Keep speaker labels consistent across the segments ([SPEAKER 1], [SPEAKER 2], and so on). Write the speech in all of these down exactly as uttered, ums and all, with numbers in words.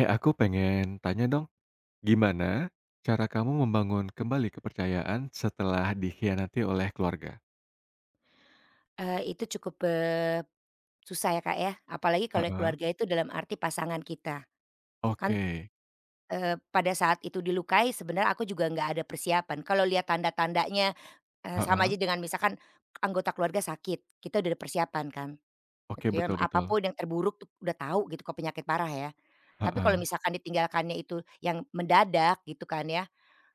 [SPEAKER 1] Eh, aku pengen tanya dong, gimana cara kamu membangun kembali kepercayaan setelah dikhianati oleh keluarga?
[SPEAKER 2] Eee, itu cukup, eee, susah ya, Kak, ya, apalagi kalau
[SPEAKER 1] Heeh,
[SPEAKER 2] keluarga itu dalam arti pasangan kita. Kan,
[SPEAKER 1] oke,
[SPEAKER 2] eee, pada saat itu dilukai sebenarnya aku juga nggak ada persiapan, kalau lihat tanda-tandanya, eee, sama
[SPEAKER 1] heeh,
[SPEAKER 2] aja dengan misalkan anggota keluarga sakit, kita udah ada persiapan kan,
[SPEAKER 1] oke,
[SPEAKER 2] gitu ya,
[SPEAKER 1] betul betul,
[SPEAKER 2] apapun yang terburuk tuh udah tahu gitu kalau penyakit parah ya. Tapi kalau
[SPEAKER 1] heeh,
[SPEAKER 2] misalkan ditinggalkannya itu yang mendadak gitu kan ya,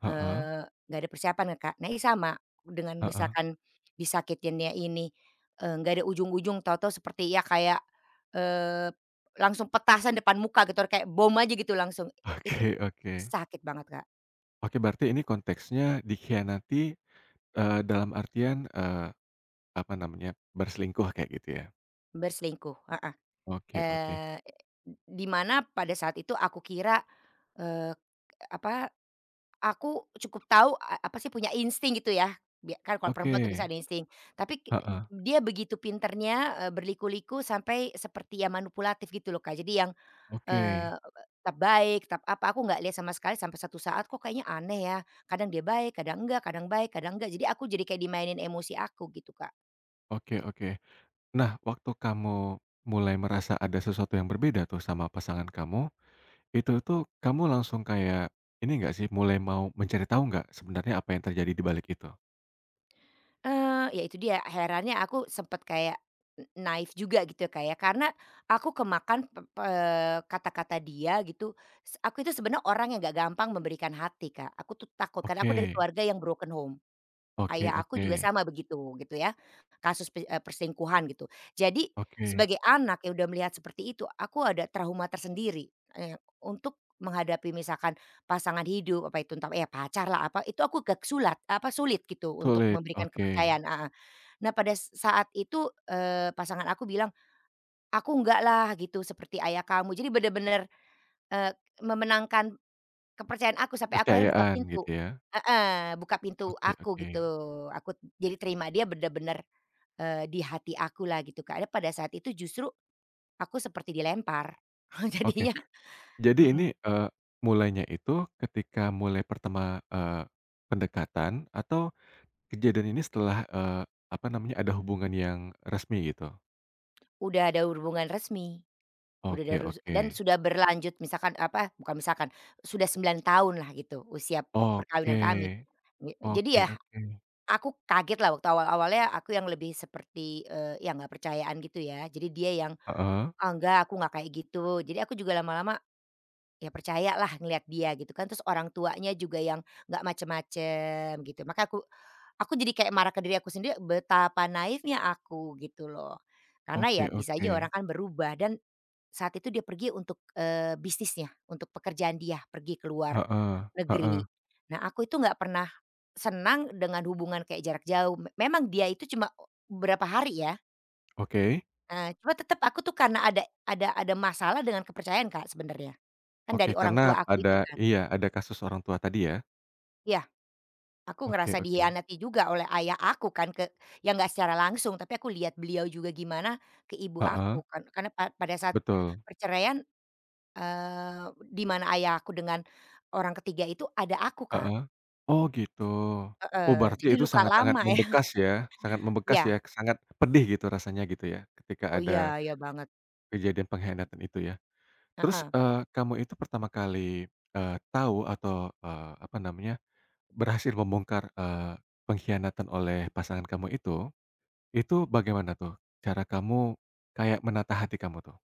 [SPEAKER 1] heeh,
[SPEAKER 2] Eee, nggak ada persiapan ya, Kak. Nah, ini sama dengan
[SPEAKER 1] heeh,
[SPEAKER 2] misalkan disakitinnya ini, eee, nggak ada ujung-ujung tahu-tahu seperti ya kayak, eee, langsung petasan depan muka gitu, kayak bom aja gitu langsung. I itu
[SPEAKER 1] oke oke.
[SPEAKER 2] sakit banget, Kak,
[SPEAKER 1] Oke, berarti ini konteksnya dikhianati, eee, dalam artian, eee, apa namanya, berselingkuh kayak gitu ya?
[SPEAKER 2] berselingkuh, heeh.
[SPEAKER 1] Oke oke,
[SPEAKER 2] Eee, di mana pada saat itu aku kira, eee, apa aku cukup tahu a apa sih punya insting gitu ya, bia kan kalau
[SPEAKER 1] oke,
[SPEAKER 2] perempuan tuh bisa ada insting, tapi ki
[SPEAKER 1] heeh,
[SPEAKER 2] dia begitu pinternya, eee, berliku-liku sampai seperti yang manipulatif gitu loh, Kak. Jadi yang, eee,
[SPEAKER 1] oke,
[SPEAKER 2] tetap baik, tetap apa, aku nggak lihat sama sekali sampai satu saat kok kayaknya aneh ya, kadang dia baik, kadang enggak, kadang baik, kadang enggak, jadi aku jadi kayak dimainin emosi aku gitu, Kak.
[SPEAKER 1] oke oke. Nah, waktu kamu mulai merasa ada sesuatu yang berbeda tuh sama pasangan kamu. Itu itu, kamu langsung kayak, ini nggak sih, mulai mau mencari tahu nggak sebenarnya apa yang terjadi di balik itu?
[SPEAKER 2] Eee, ya itu dia, herannya aku sempet kayak n naif juga gitu ya, Kak, ya, karena aku kemakan pe eee, kata-kata dia gitu, s aku itu sebenarnya orang yang nggak gampang memberikan hati, Kak, aku tuh takut karena aku dari
[SPEAKER 1] Oke,
[SPEAKER 2] keluarga yang broken home.
[SPEAKER 1] oke
[SPEAKER 2] Ayah aku
[SPEAKER 1] oke
[SPEAKER 2] juga sama begitu gitu ya, kasus pe eee, perselingkuhan gitu. Jadi
[SPEAKER 1] oke,
[SPEAKER 2] sebagai anak yang udah melihat seperti itu, aku ada trauma tersendiri, eee, untuk menghadapi misalkan pasangan hidup, apa itu entah ya pacar lah apa, itu aku gak sulat apa sulit gitu untuk
[SPEAKER 1] sulit,
[SPEAKER 2] memberikan
[SPEAKER 1] oke.
[SPEAKER 2] kepercayaan heeh. Nah pada s- saat itu, eee, pasangan aku bilang, "Aku enggak lah gitu seperti ayah kamu." Jadi bener-bener, eee, memenangkan kepercayaan aku sampai aku akhirnya buka
[SPEAKER 1] Kepercayaan
[SPEAKER 2] pintu,
[SPEAKER 1] gitu ya?
[SPEAKER 2] heeh, buka pintu
[SPEAKER 1] Oke
[SPEAKER 2] aku
[SPEAKER 1] oke
[SPEAKER 2] gitu. Aku jadi terima dia bener-bener, eee, di hati aku lah gitu, karena pada saat itu justru aku seperti dilempar.
[SPEAKER 1] oke.
[SPEAKER 2] Jadinya
[SPEAKER 1] Jadi ini,
[SPEAKER 2] mhm,
[SPEAKER 1] eee, mulainya itu ketika mulai pertama, eee, pendekatan atau kejadian ini setelah, eee, apa namanya, ada hubungan yang resmi gitu?
[SPEAKER 2] udah ada hubungan resmi, udah ada
[SPEAKER 1] Oke
[SPEAKER 2] rus
[SPEAKER 1] oke.
[SPEAKER 2] dan sudah berlanjut misalkan apa, bukan misalkan, sudah sembilan tahun lah gitu usia perkawinan
[SPEAKER 1] Oke
[SPEAKER 2] kami. Ye
[SPEAKER 1] oke
[SPEAKER 2] jadi ya
[SPEAKER 1] oke.
[SPEAKER 2] aku kaget lah waktu awal-awalnya aku yang lebih seperti, eee, ya nggak percayaan gitu ya. Jadi dia yang,
[SPEAKER 1] Heeh,
[SPEAKER 2] "Oh enggak, aku nggak kayak gitu." Jadi aku juga lama-lama ya percaya lah ngelihat dia gitu kan, terus orang tuanya juga yang nggak macem-macem gitu. Maka aku aku jadi kayak marah ke diri aku sendiri betapa naifnya aku gitu loh. Karena ya
[SPEAKER 1] oke
[SPEAKER 2] bisa
[SPEAKER 1] oke.
[SPEAKER 2] aja orang kan berubah dan saat itu dia pergi untuk, eee, bisnisnya, untuk pekerjaan dia pergi keluar
[SPEAKER 1] Heeh
[SPEAKER 2] negeri.
[SPEAKER 1] heeh.
[SPEAKER 2] Nah aku itu nggak pernah senang dengan hubungan kayak jarak jauh. Memang dia itu cuma berapa hari ya.
[SPEAKER 1] Oke
[SPEAKER 2] Eee, cuma tetep aku tuh karena ada ada ada masalah dengan kepercayaan Kak sebenarnya, kan dari
[SPEAKER 1] oke,
[SPEAKER 2] orang
[SPEAKER 1] karena
[SPEAKER 2] tua aku itu
[SPEAKER 1] ada,
[SPEAKER 2] kan.
[SPEAKER 1] iya, ada kasus orang tua tadi ya?
[SPEAKER 2] Iya, aku
[SPEAKER 1] Oke
[SPEAKER 2] ngerasa
[SPEAKER 1] oke.
[SPEAKER 2] dikhianati juga oleh ayah aku kan, ke ya nggak secara langsung tapi aku lihat beliau juga gimana ke ibu aku
[SPEAKER 1] Heeh,
[SPEAKER 2] kan karena pa pada saat
[SPEAKER 1] betul.
[SPEAKER 2] perceraian, eee, di mana ayah aku dengan orang ketiga itu ada aku Kak,
[SPEAKER 1] Heeh. Oh gitu. Oh
[SPEAKER 2] heeh,
[SPEAKER 1] berarti
[SPEAKER 2] jadi
[SPEAKER 1] itu
[SPEAKER 2] luka
[SPEAKER 1] sangat-sangat
[SPEAKER 2] lama ya.
[SPEAKER 1] membekas ya, sangat membekas
[SPEAKER 2] Iya,
[SPEAKER 1] ya, sangat pedih gitu rasanya gitu ya, ketika
[SPEAKER 2] oh
[SPEAKER 1] ada
[SPEAKER 2] iya iya banget,
[SPEAKER 1] kejadian pengkhianatan itu ya. Terus,
[SPEAKER 2] heeh.
[SPEAKER 1] eee, kamu itu pertama kali, eee, tahu atau, eee, apa namanya, berhasil membongkar, eee, pengkhianatan oleh pasangan kamu itu, itu bagaimana tuh cara kamu kayak menata hati kamu tuh?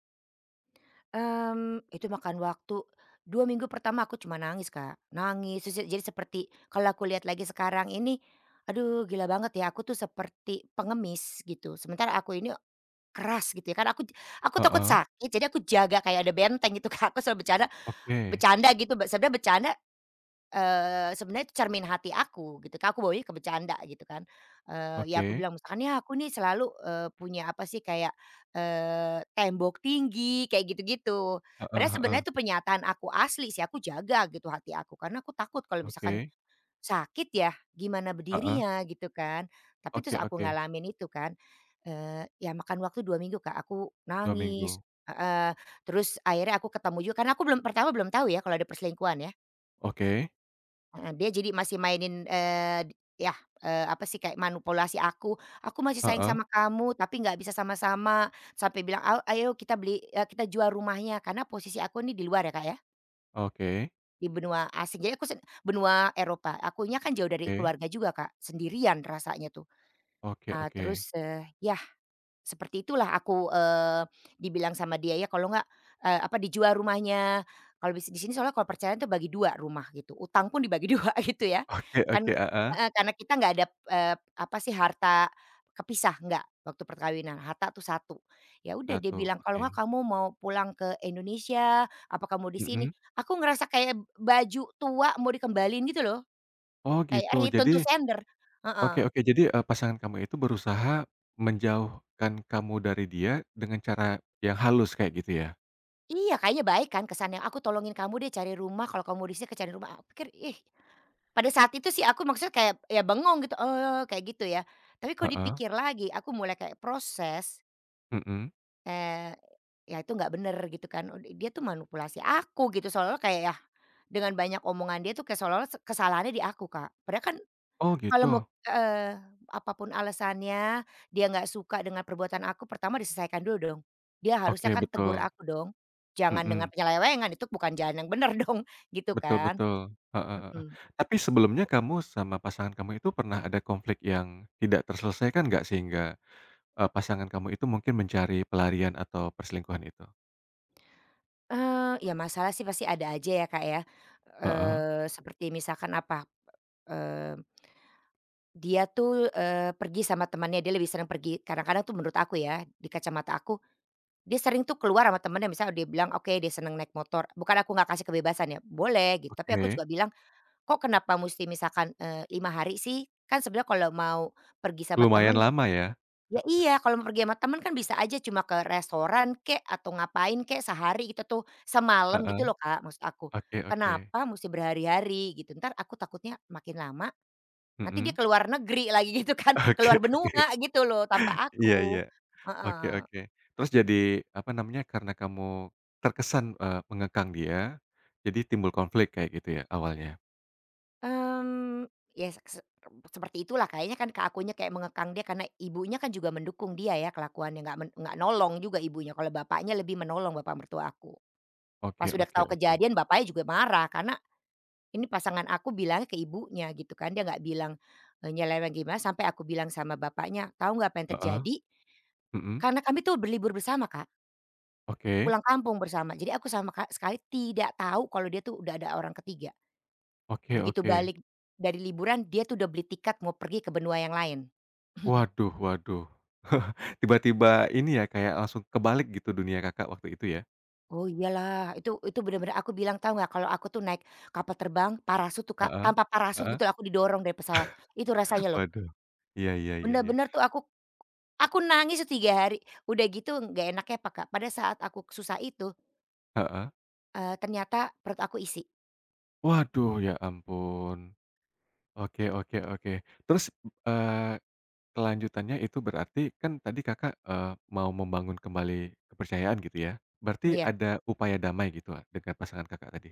[SPEAKER 2] Mmm, itu makan waktu dua minggu pertama aku cuma nangis, Kak, nangis terus jadi seperti kalau aku lihat lagi sekarang ini, aduh gila banget ya aku tuh seperti pengemis gitu sementara aku ini keras gitu ya kan aku aku takut
[SPEAKER 1] Heeh,
[SPEAKER 2] sakit jadi aku jaga kayak ada benteng gitu, Kak, aku selalu bercanda
[SPEAKER 1] oke
[SPEAKER 2] bercanda gitu sebenarnya bercanda Eee, sebenarnya itu cermin hati aku gitu kan aku bawanya ke bercanda gitu kan. Eee, ya aku
[SPEAKER 1] oke,
[SPEAKER 2] bilang misalkan, "Ya aku nih selalu, eee, punya apa sih kayak, eee, tembok tinggi," kayak gitu-gitu.
[SPEAKER 1] heeh
[SPEAKER 2] Padahal
[SPEAKER 1] heeh,
[SPEAKER 2] sebenarnya itu pernyataan aku asli sih, aku jaga gitu hati aku karena aku takut kalau misalkan
[SPEAKER 1] oke,
[SPEAKER 2] sakit ya gimana
[SPEAKER 1] heeh,
[SPEAKER 2] berdirinya gitu kan. Tapi terus
[SPEAKER 1] oke
[SPEAKER 2] aku
[SPEAKER 1] oke.
[SPEAKER 2] ngalamin itu kan, eee, ya makan waktu dua minggu Kak, aku
[SPEAKER 1] Dua
[SPEAKER 2] nangis
[SPEAKER 1] minggu,
[SPEAKER 2] heeh, terus akhirnya aku ketemu juga karena aku belum pertama belum tahu ya kalau ada perselingkuhan ya.
[SPEAKER 1] oke,
[SPEAKER 2] Heeh, dia jadi masih mainin, eee, yah, eee, apa sih, kayak manipulasi aku, "Aku masih sayang
[SPEAKER 1] heeh,
[SPEAKER 2] sama kamu tapi nggak bisa sama-sama," sampai bilang, "Au ayo kita beli eee, kita jual rumahnya," karena posisi aku nih di luar ya, Kak, ya,
[SPEAKER 1] oke
[SPEAKER 2] di benua asing. Jadi aku sen benua Eropa, akunya kan jauh dari
[SPEAKER 1] oke,
[SPEAKER 2] keluarga juga, Kak, sendirian rasanya tuh. Nah
[SPEAKER 1] oke
[SPEAKER 2] terus, eee, ya seperti itulah aku, eee, dibilang sama dia ya kalau nggak eee, apa, dijual rumahnya, kalau bis di sini soalnya kalau perceraian tuh bagi dua rumah gitu, utang pun dibagi dua gitu ya.
[SPEAKER 1] oke, oke
[SPEAKER 2] Kan
[SPEAKER 1] oke, heeh,
[SPEAKER 2] heeh, karena kita nggak ada, eee, apa sih, harta kepisah, nggak, waktu perkawinan, harta tuh satu. Ya udah dia
[SPEAKER 1] satu,
[SPEAKER 2] bilang, "Kalau
[SPEAKER 1] oke,
[SPEAKER 2] nggak kamu mau pulang ke Indonesia, apa kamu di sini?"
[SPEAKER 1] mhm,
[SPEAKER 2] Aku ngerasa kayak baju tua mau dikembalin gitu loh,
[SPEAKER 1] oh
[SPEAKER 2] kayak
[SPEAKER 1] gitu,
[SPEAKER 2] return to
[SPEAKER 1] jadi
[SPEAKER 2] sender.
[SPEAKER 1] oke
[SPEAKER 2] Heeh.
[SPEAKER 1] oke. Jadi, eee, pasangan kamu itu berusaha menjauhkan kamu dari dia dengan cara yang halus kayak gitu ya?
[SPEAKER 2] Iya, kayaknya baik kan kesannya, "Aku tolongin kamu deh cari rumah, kalau kamu di ke cari rumah." Aku pikir, ih, pada saat itu sih aku maksudnya kayak ya bengong gitu, "Oh," kayak gitu ya. Tapi kalau
[SPEAKER 1] Heeh,
[SPEAKER 2] dipikir lagi aku mulai kayak proses,
[SPEAKER 1] mhm,
[SPEAKER 2] eee, ya itu nggak bener gitu kan, ud dia tuh manipulasi aku gitu, seolah kayak ya dengan banyak omongan dia tuh kayak seolah kesalahannya di aku, Kak. Padahal kan
[SPEAKER 1] oh
[SPEAKER 2] kalau mau
[SPEAKER 1] gitu,
[SPEAKER 2] heeh, apa alasannya, dia nggak suka dengan perbuatan aku, pertama diselesaikan dulu dong. Dia harusnya
[SPEAKER 1] oke
[SPEAKER 2] kan tegur
[SPEAKER 1] betul,
[SPEAKER 2] aku dong, jangan dengan
[SPEAKER 1] mhm.
[SPEAKER 2] penyelewengan, itu bukan jalan yang bener dong, gitu
[SPEAKER 1] Betul
[SPEAKER 2] kan.
[SPEAKER 1] betul, heeh heeh.
[SPEAKER 2] Mhm.
[SPEAKER 1] Tapi sebelumnya kamu sama pasangan kamu itu pernah ada konflik yang tidak terselesaikan nggak, sehingga, eee, pasangan kamu itu mungkin mencari pelarian atau perselingkuhan itu?
[SPEAKER 2] Eee, ya masalah sih pasti ada aja ya, Kak, ya,
[SPEAKER 1] Heeh,
[SPEAKER 2] eee, seperti misalkan apa, eee, dia tuh, eee, pergi sama temannya, dia lebih sering pergi, kadang-kadang tuh menurut aku ya, di kacamata aku, dia sering tuh keluar sama temannya. Misalnya dia bilang, oke dia seneng naik motor, bukan aku nggak kasih kebebasan ya, boleh gitu, tapi aku
[SPEAKER 1] oke.
[SPEAKER 2] juga bilang kok kenapa mesti misalkan, eee, lima hari sih? Kan sebenarnya kalau mau pergi sama
[SPEAKER 1] Lumayan
[SPEAKER 2] temen,
[SPEAKER 1] lama ya?
[SPEAKER 2] ya
[SPEAKER 1] He
[SPEAKER 2] iya, kalau mau pergi sama temen kan bisa aja cuma ke restoran kek, atau ngapain kek sehari gitu tuh, semalam gitu
[SPEAKER 1] heeh,
[SPEAKER 2] loh Kak, maksud aku.
[SPEAKER 1] oke oke,
[SPEAKER 2] Kenapa mesti berhari-hari gitu, ntar aku takutnya makin lama nanti dia
[SPEAKER 1] mhm.
[SPEAKER 2] keluar negeri lagi gitu kan, keluar
[SPEAKER 1] Oke oke,
[SPEAKER 2] benua gitu loh tanpa
[SPEAKER 1] iya
[SPEAKER 2] aku.
[SPEAKER 1] iya, oke
[SPEAKER 2] Heeh.
[SPEAKER 1] oke. Terus jadi, apa namanya, karena kamu terkesan, eee, mengekang dia, jadi timbul konflik kayak gitu ya awalnya?
[SPEAKER 2] Mmm, ya se se seperti itulah kayaknya kan ke akunya kayak mengekang dia karena ibunya kan juga mendukung dia ya kelakuannya nggak men nggak nolong juga ibunya kalau bapaknya lebih menolong bapak mertua aku.
[SPEAKER 1] Oke
[SPEAKER 2] Pas udah
[SPEAKER 1] oke
[SPEAKER 2] tahu
[SPEAKER 1] oke,
[SPEAKER 2] kejadian bapaknya juga marah karena ini pasangan aku bilangnya ke ibunya gitu kan dia nggak bilang, eee, nyeleweng gimana sampai aku bilang sama bapaknya, "Tahu nggak apa yang
[SPEAKER 1] heeh,
[SPEAKER 2] terjadi?"
[SPEAKER 1] mhm,
[SPEAKER 2] Karena kami tuh berlibur bersama Kak,
[SPEAKER 1] oke.
[SPEAKER 2] pulang kampung bersama jadi aku sama ka sekali tidak tahu kalau dia tuh udah ada orang ketiga.
[SPEAKER 1] Oke
[SPEAKER 2] Begitu
[SPEAKER 1] oke.
[SPEAKER 2] balik dari liburan dia tuh udah beli tiket mau pergi ke benua yang lain.
[SPEAKER 1] Waduh waduh. Tiba-tiba ini ya, kayak langsung kebalik gitu dunia Kakak waktu itu ya?
[SPEAKER 2] Oh iyalah itu itu benar-benar aku bilang tahu nggak kalau aku tuh naik kapal terbang parasut tuh Kak,
[SPEAKER 1] Heeh,
[SPEAKER 2] tanpa parasut
[SPEAKER 1] heeh.
[SPEAKER 2] gitu aku didorong dari pesawat, itu rasanya loh.
[SPEAKER 1] Waduh. Iya iya iya iya.
[SPEAKER 2] Bener-bener tuh aku aku nangis tuh tiga hari, udah gitu nggak enaknya apa Kak, pada saat aku susah itu,
[SPEAKER 1] Heeh.
[SPEAKER 2] eee, ternyata perut aku isi.
[SPEAKER 1] Waduh, ya ampun. Oke oke oke. Terus, eee, kelanjutannya itu berarti kan tadi Kakak, eee, mau membangun kembali kepercayaan gitu ya? Berarti
[SPEAKER 2] Iya,
[SPEAKER 1] ada upaya damai gitu a dengan pasangan Kakak tadi?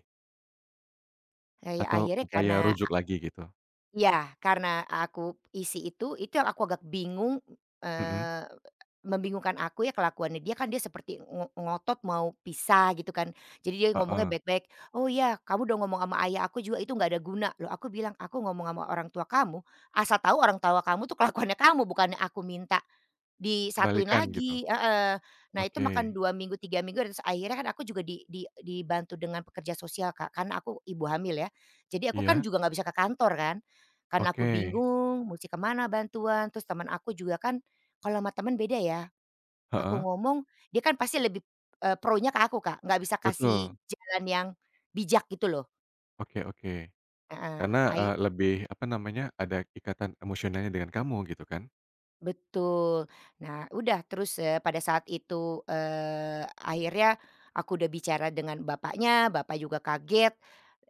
[SPEAKER 2] eee, ya
[SPEAKER 1] Atau
[SPEAKER 2] akhirnya karena
[SPEAKER 1] upaya rujuk lagi gitu?
[SPEAKER 2] iya, karena aku isi itu, itu yang aku agak bingung,
[SPEAKER 1] Mhm,
[SPEAKER 2] eee, membingungkan aku ya kelakuannya dia, kan dia seperti ngo ngotot mau pisah gitu kan. Jadi dia ngomongnya
[SPEAKER 1] heeh.
[SPEAKER 2] baik-baik, "Oh ya kamu udah ngomong sama ayah aku juga itu nggak ada guna." Loh aku bilang, "Aku ngomong sama orang tua kamu, asal tahu orang tua kamu tuh kelakuannya kamu bukannya aku minta." Disatuin
[SPEAKER 1] Balikan gitu?
[SPEAKER 2] lagi, heeh. Nah itu makan
[SPEAKER 1] Oke.
[SPEAKER 2] dua minggu, tiga minggu terus akhirnya kan aku juga di di dibantu dengan pekerja sosial Kak, karena aku ibu hamil ya. Jadi aku kan
[SPEAKER 1] Iya?
[SPEAKER 2] juga nggak bisa ke kantor kan, karena aku
[SPEAKER 1] Oke,
[SPEAKER 2] bingung musti ke mana bantuan, terus teman aku juga kan kalau sama teman beda ya, aku
[SPEAKER 1] heeh,
[SPEAKER 2] ngomong dia kan pasti lebih, eee, pro-nya ke aku Kak, nggak bisa kasih
[SPEAKER 1] betul,
[SPEAKER 2] jalan yang bijak gitu loh.
[SPEAKER 1] oke oke.
[SPEAKER 2] Heeh,
[SPEAKER 1] Karena,
[SPEAKER 2] ai
[SPEAKER 1] eee, lebih apa namanya, ada ikatan emosionalnya dengan kamu gitu kan?
[SPEAKER 2] betul. Nah, udah terus, eee, pada saat itu, eee, akhirnya aku udah bicara dengan bapaknya, bapak juga kaget,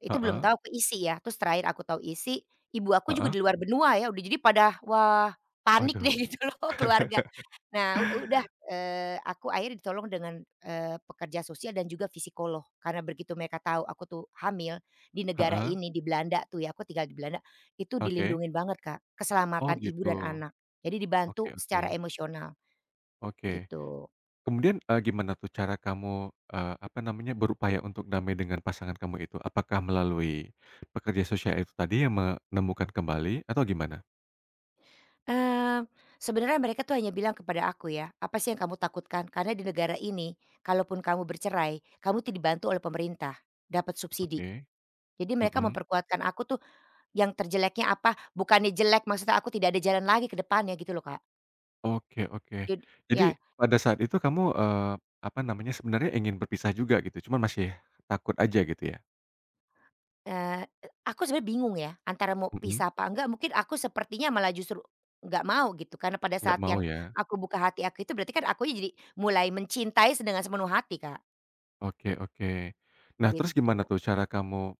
[SPEAKER 2] itu belum
[SPEAKER 1] Heeh
[SPEAKER 2] tahu keisi ya, terus terakhir aku tahu isi, ibu aku juga
[SPEAKER 1] heeh,
[SPEAKER 2] di luar benua ya, udah jadi pada, wah panik deh
[SPEAKER 1] waduh.
[SPEAKER 2] gitu loh keluarga. Nah, u udah, eee, aku akhirnya ditolong dengan, eee, pekerja sosial dan juga fisikolog. Karena begitu mereka tahu aku tuh hamil di negara
[SPEAKER 1] Heeh,
[SPEAKER 2] ini, di Belanda tuh ya, aku tinggal di Belanda, itu
[SPEAKER 1] oke.
[SPEAKER 2] dilindungin banget, Kak,
[SPEAKER 1] Oh
[SPEAKER 2] keselamatan ibu
[SPEAKER 1] gitu,
[SPEAKER 2] dan anak. Jadi
[SPEAKER 1] oke
[SPEAKER 2] dibantu
[SPEAKER 1] oke
[SPEAKER 2] secara emosional,
[SPEAKER 1] oke.
[SPEAKER 2] gitu.
[SPEAKER 1] Kemudian, eee, gimana tuh cara kamu, eee, apa namanya, berupaya untuk damai dengan pasangan kamu itu? Apakah melalui pekerja sosial itu tadi yang menemukan kembali atau gimana?
[SPEAKER 2] Eee, Sebenarnya mereka tuh hanya bilang kepada aku ya, "Apa sih yang kamu takutkan? Karena di negara ini kalaupun kamu bercerai, kamu tuh dibantu oleh pemerintah, dapat subsidi."
[SPEAKER 1] Oke,
[SPEAKER 2] Jadi mereka
[SPEAKER 1] mhm.
[SPEAKER 2] memperkuatkan aku tuh. Yang terjeleknya apa, bukannya jelek, maksudnya aku tidak ada jalan lagi ke depannya gitu loh, Kak.
[SPEAKER 1] Oke oke.
[SPEAKER 2] Jad
[SPEAKER 1] Jadi
[SPEAKER 2] Ya,
[SPEAKER 1] pada saat itu kamu, eee, apa namanya, sebenarnya ingin berpisah juga gitu, cuman masih takut aja gitu ya?
[SPEAKER 2] eee, aku sebenarnya bingung ya, antara mau
[SPEAKER 1] Mhm,
[SPEAKER 2] pisah apa enggak, mungkin aku sepertinya malah justru nggak mau gitu, karena pada
[SPEAKER 1] nggak
[SPEAKER 2] saat
[SPEAKER 1] mau
[SPEAKER 2] yang
[SPEAKER 1] ya?
[SPEAKER 2] aku buka hati aku itu berarti kan akunya jadi mulai mencintai se dengan sepenuh hati, Kak,
[SPEAKER 1] Oke oke. Nah terus
[SPEAKER 2] gitu.
[SPEAKER 1] gimana tuh cara kamu,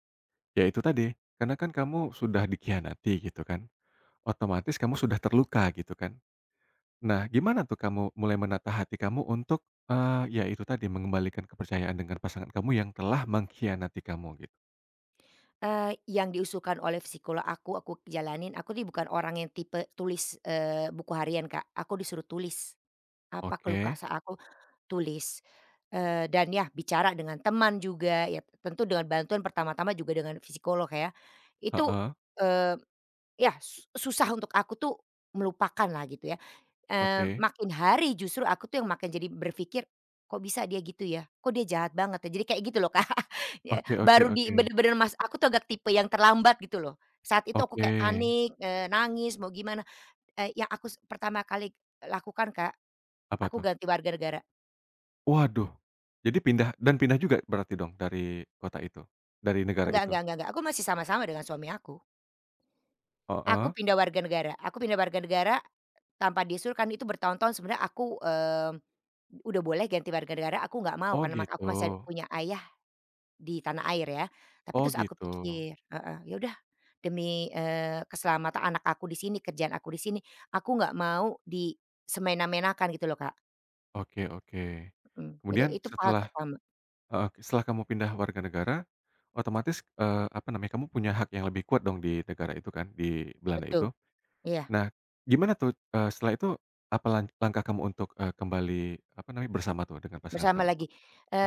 [SPEAKER 1] ya itu tadi, karena kan kamu sudah dikhianati gitu kan, otomatis kamu sudah terluka gitu kan. Nah gimana tuh kamu mulai menata hati kamu untuk, eee, ya itu tadi, mengembalikan kepercayaan dengan pasangan kamu yang telah mengkhianati kamu gitu?
[SPEAKER 2] Eee, yang diusulkan oleh psikolog aku, aku jalanin, aku nih bukan orang yang tipe tulis, eee, buku harian, Kak, aku disuruh tulis. Apa keluh
[SPEAKER 1] Oke,
[SPEAKER 2] kesah aku, tulis, eee, dan ya bicara dengan teman juga, ya tentu dengan bantuan pertama-tama juga dengan psikolog ya. Itu,
[SPEAKER 1] heeh,
[SPEAKER 2] eee, ya su susah untuk aku tuh melupakan lah gitu ya, eee,
[SPEAKER 1] oke.
[SPEAKER 2] makin hari justru aku tuh yang makin jadi berpikir, "Kok bisa dia gitu ya? Kok dia jahat banget ya?" Jadi kayak gitu loh, Kak. Ya
[SPEAKER 1] Oke oke
[SPEAKER 2] baru di
[SPEAKER 1] oke.
[SPEAKER 2] bener-bener Mas, aku tuh agak tipe yang terlambat gitu loh. Saat itu aku
[SPEAKER 1] Oke.
[SPEAKER 2] kayak panik, eee, nangis, mau gimana, eee, yang aku s pertama kali lakukan, Kak,
[SPEAKER 1] Apa
[SPEAKER 2] aku
[SPEAKER 1] tuh?
[SPEAKER 2] ganti warga negara.
[SPEAKER 1] Waduh, jadi pindah, dan pindah juga berarti dong dari kota itu? Dari negara
[SPEAKER 2] Enggak
[SPEAKER 1] itu?
[SPEAKER 2] enggak enggak enggak, aku masih sama-sama dengan suami aku. Aku
[SPEAKER 1] Heeh.
[SPEAKER 2] pindah warga negara aku pindah warga negara tanpa disuruh kan itu bertahun-tahun sebenarnya aku, eee, udah boleh ganti warga negara aku nggak mau
[SPEAKER 1] Oh
[SPEAKER 2] karena mak aku
[SPEAKER 1] gitu,
[SPEAKER 2] masih punya ayah di tanah air ya. Tapi
[SPEAKER 1] oh
[SPEAKER 2] terus aku
[SPEAKER 1] gitu.
[SPEAKER 2] pikir heeh, ya udah demi, eee, keselamatan anak aku di sini, kerjaan aku di sini, aku nggak mau disemena-menakan gitu loh, Kak,
[SPEAKER 1] Oke oke.
[SPEAKER 2] mhm. Jadi
[SPEAKER 1] Kemudian
[SPEAKER 2] itu part
[SPEAKER 1] setelah,
[SPEAKER 2] pertama
[SPEAKER 1] heeh, setelah kamu pindah warga negara, otomatis, eee, apa namanya, kamu punya hak yang lebih kuat dong di negara itu kan, di Belanda itu.
[SPEAKER 2] betul, iya,
[SPEAKER 1] Nah, gimana tuh, eee, setelah itu apa lan langkah kamu untuk, eee, kembali, apa namanya, bersama tuh dengan pasangan
[SPEAKER 2] bersama
[SPEAKER 1] kamu
[SPEAKER 2] lagi,
[SPEAKER 1] tuh?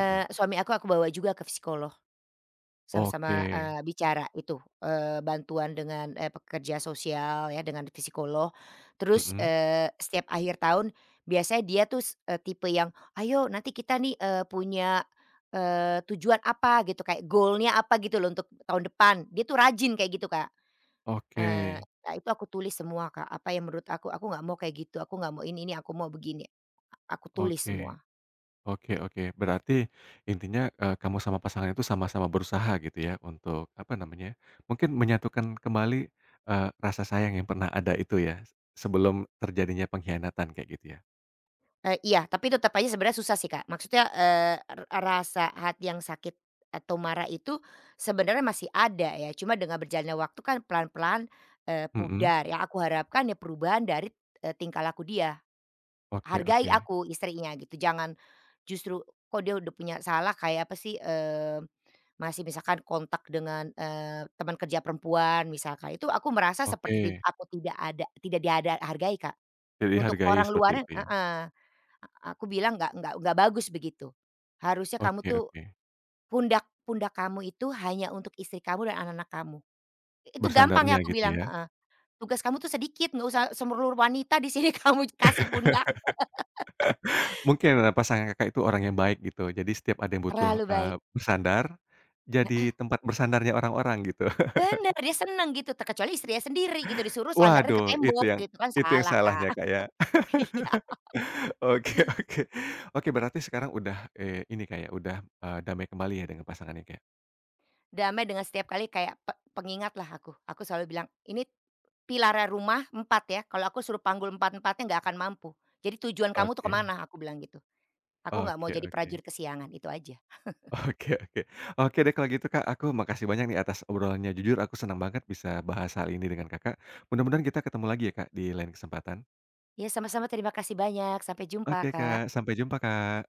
[SPEAKER 1] Mhm.
[SPEAKER 2] suami aku aku bawa juga ke psikolog. Sama-sama,
[SPEAKER 1] Oke.
[SPEAKER 2] eee, bicara itu, eee, bantuan dengan, eee, pekerja sosial ya, dengan psikolog. Terus,
[SPEAKER 1] Mhm.
[SPEAKER 2] eee, setiap akhir tahun biasanya dia tuh s eee, tipe yang, "Ayo nanti kita nih, eee, punya, eee, tujuan apa gitu, kayak goalnya apa gitu loh untuk tahun depan." Dia tuh rajin kayak gitu, Kak.
[SPEAKER 1] Oke
[SPEAKER 2] Eee, nah itu aku tulis semua, Kak, apa yang menurut aku, "Aku nggak mau kayak gitu, aku nggak mau ini ini, aku mau begini." Aku tulis
[SPEAKER 1] oke.
[SPEAKER 2] semua.
[SPEAKER 1] Oke oke. Berarti intinya, eee, kamu sama pasangan itu sama-sama berusaha gitu ya untuk, apa namanya, mungkin menyatukan kembali, eee, rasa sayang yang pernah ada itu ya, sebelum terjadinya pengkhianatan kayak gitu ya?
[SPEAKER 2] Eee, iya, tapi tetap aja sebenarnya susah sih, Kak. Maksudnya, eee, r rasa hati yang sakit atau marah itu sebenarnya masih ada ya, cuma dengan berjalannya waktu kan pelan-pelan, eee,
[SPEAKER 1] Mhm.
[SPEAKER 2] pudar. Yang aku harapkan ya perubahan dari, eee, tingkah laku dia.
[SPEAKER 1] Oke
[SPEAKER 2] Hargai
[SPEAKER 1] oke.
[SPEAKER 2] aku istrinya gitu, jangan justru, "Kok dia udah punya salah kayak apa sih," eee, masih misalkan kontak dengan, eee, teman kerja perempuan misalkan. Itu aku merasa seperti tid
[SPEAKER 1] Oke.
[SPEAKER 2] aku tidak ada tidak diada hargai, Kak.
[SPEAKER 1] Jadi
[SPEAKER 2] Untuk
[SPEAKER 1] dihargai
[SPEAKER 2] orang
[SPEAKER 1] seperti
[SPEAKER 2] luarnya
[SPEAKER 1] itu ya?
[SPEAKER 2] heeh. A aku bilang nggak nggak nggak bagus begitu. Harusnya kamu
[SPEAKER 1] Oke
[SPEAKER 2] tuh
[SPEAKER 1] oke.
[SPEAKER 2] pundak pundak kamu itu hanya untuk istri kamu dan anak-anak kamu. Itu gampang ya
[SPEAKER 1] Bersandarnya
[SPEAKER 2] aku
[SPEAKER 1] gitu
[SPEAKER 2] bilang,
[SPEAKER 1] ya?
[SPEAKER 2] heeh. Tugas kamu tuh sedikit nggak usah semerlur wanita di sini kamu kasih pundak.
[SPEAKER 1] Mungkin, eee, pasangan Kakak itu orang yang baik gitu, jadi setiap ada yang butuh,
[SPEAKER 2] Terlalu
[SPEAKER 1] eee,
[SPEAKER 2] baik,
[SPEAKER 1] bersandar, jadi
[SPEAKER 2] heeh,
[SPEAKER 1] tempat bersandarnya orang-orang gitu.
[SPEAKER 2] bener dia seneng gitu terkecuali istrinya sendiri gitu disuruh sandaran ke
[SPEAKER 1] Waduh, itu
[SPEAKER 2] tembok
[SPEAKER 1] yang
[SPEAKER 2] gitu kan
[SPEAKER 1] itu yang
[SPEAKER 2] salah, Kak.
[SPEAKER 1] salahnya, Kak, ya.
[SPEAKER 2] Iya,
[SPEAKER 1] Oke oke. Oke, berarti sekarang udah, eee, ini, kayak udah, eee, damai kembali ya dengan pasangannya, Kak, ya?
[SPEAKER 2] damai dengan setiap kali kayak pe pengingat lah aku. Aku selalu bilang, "Ini pilarnya rumah empat ya, kalau aku suruh panggul empat-empatnya nggak akan mampu. Jadi tujuan kamu tuh
[SPEAKER 1] Oke.
[SPEAKER 2] kemana," aku bilang gitu. Aku nggak mau
[SPEAKER 1] Oke
[SPEAKER 2] jadi
[SPEAKER 1] oke.
[SPEAKER 2] prajurit kesiangan, itu aja.
[SPEAKER 1] Oke oke. Oke deh kalau gitu, Kak, aku makasih banyak nih atas obrolannya. Jujur aku senang banget bisa bahas hal ini dengan Kakak. Mudah-mudahan kita ketemu lagi ya, Kak, di lain kesempatan.
[SPEAKER 2] Ya sama-sama terima kasih banyak, sampai jumpa,
[SPEAKER 1] Oke,
[SPEAKER 2] Kak.
[SPEAKER 1] Kak, sampai jumpa, Kak.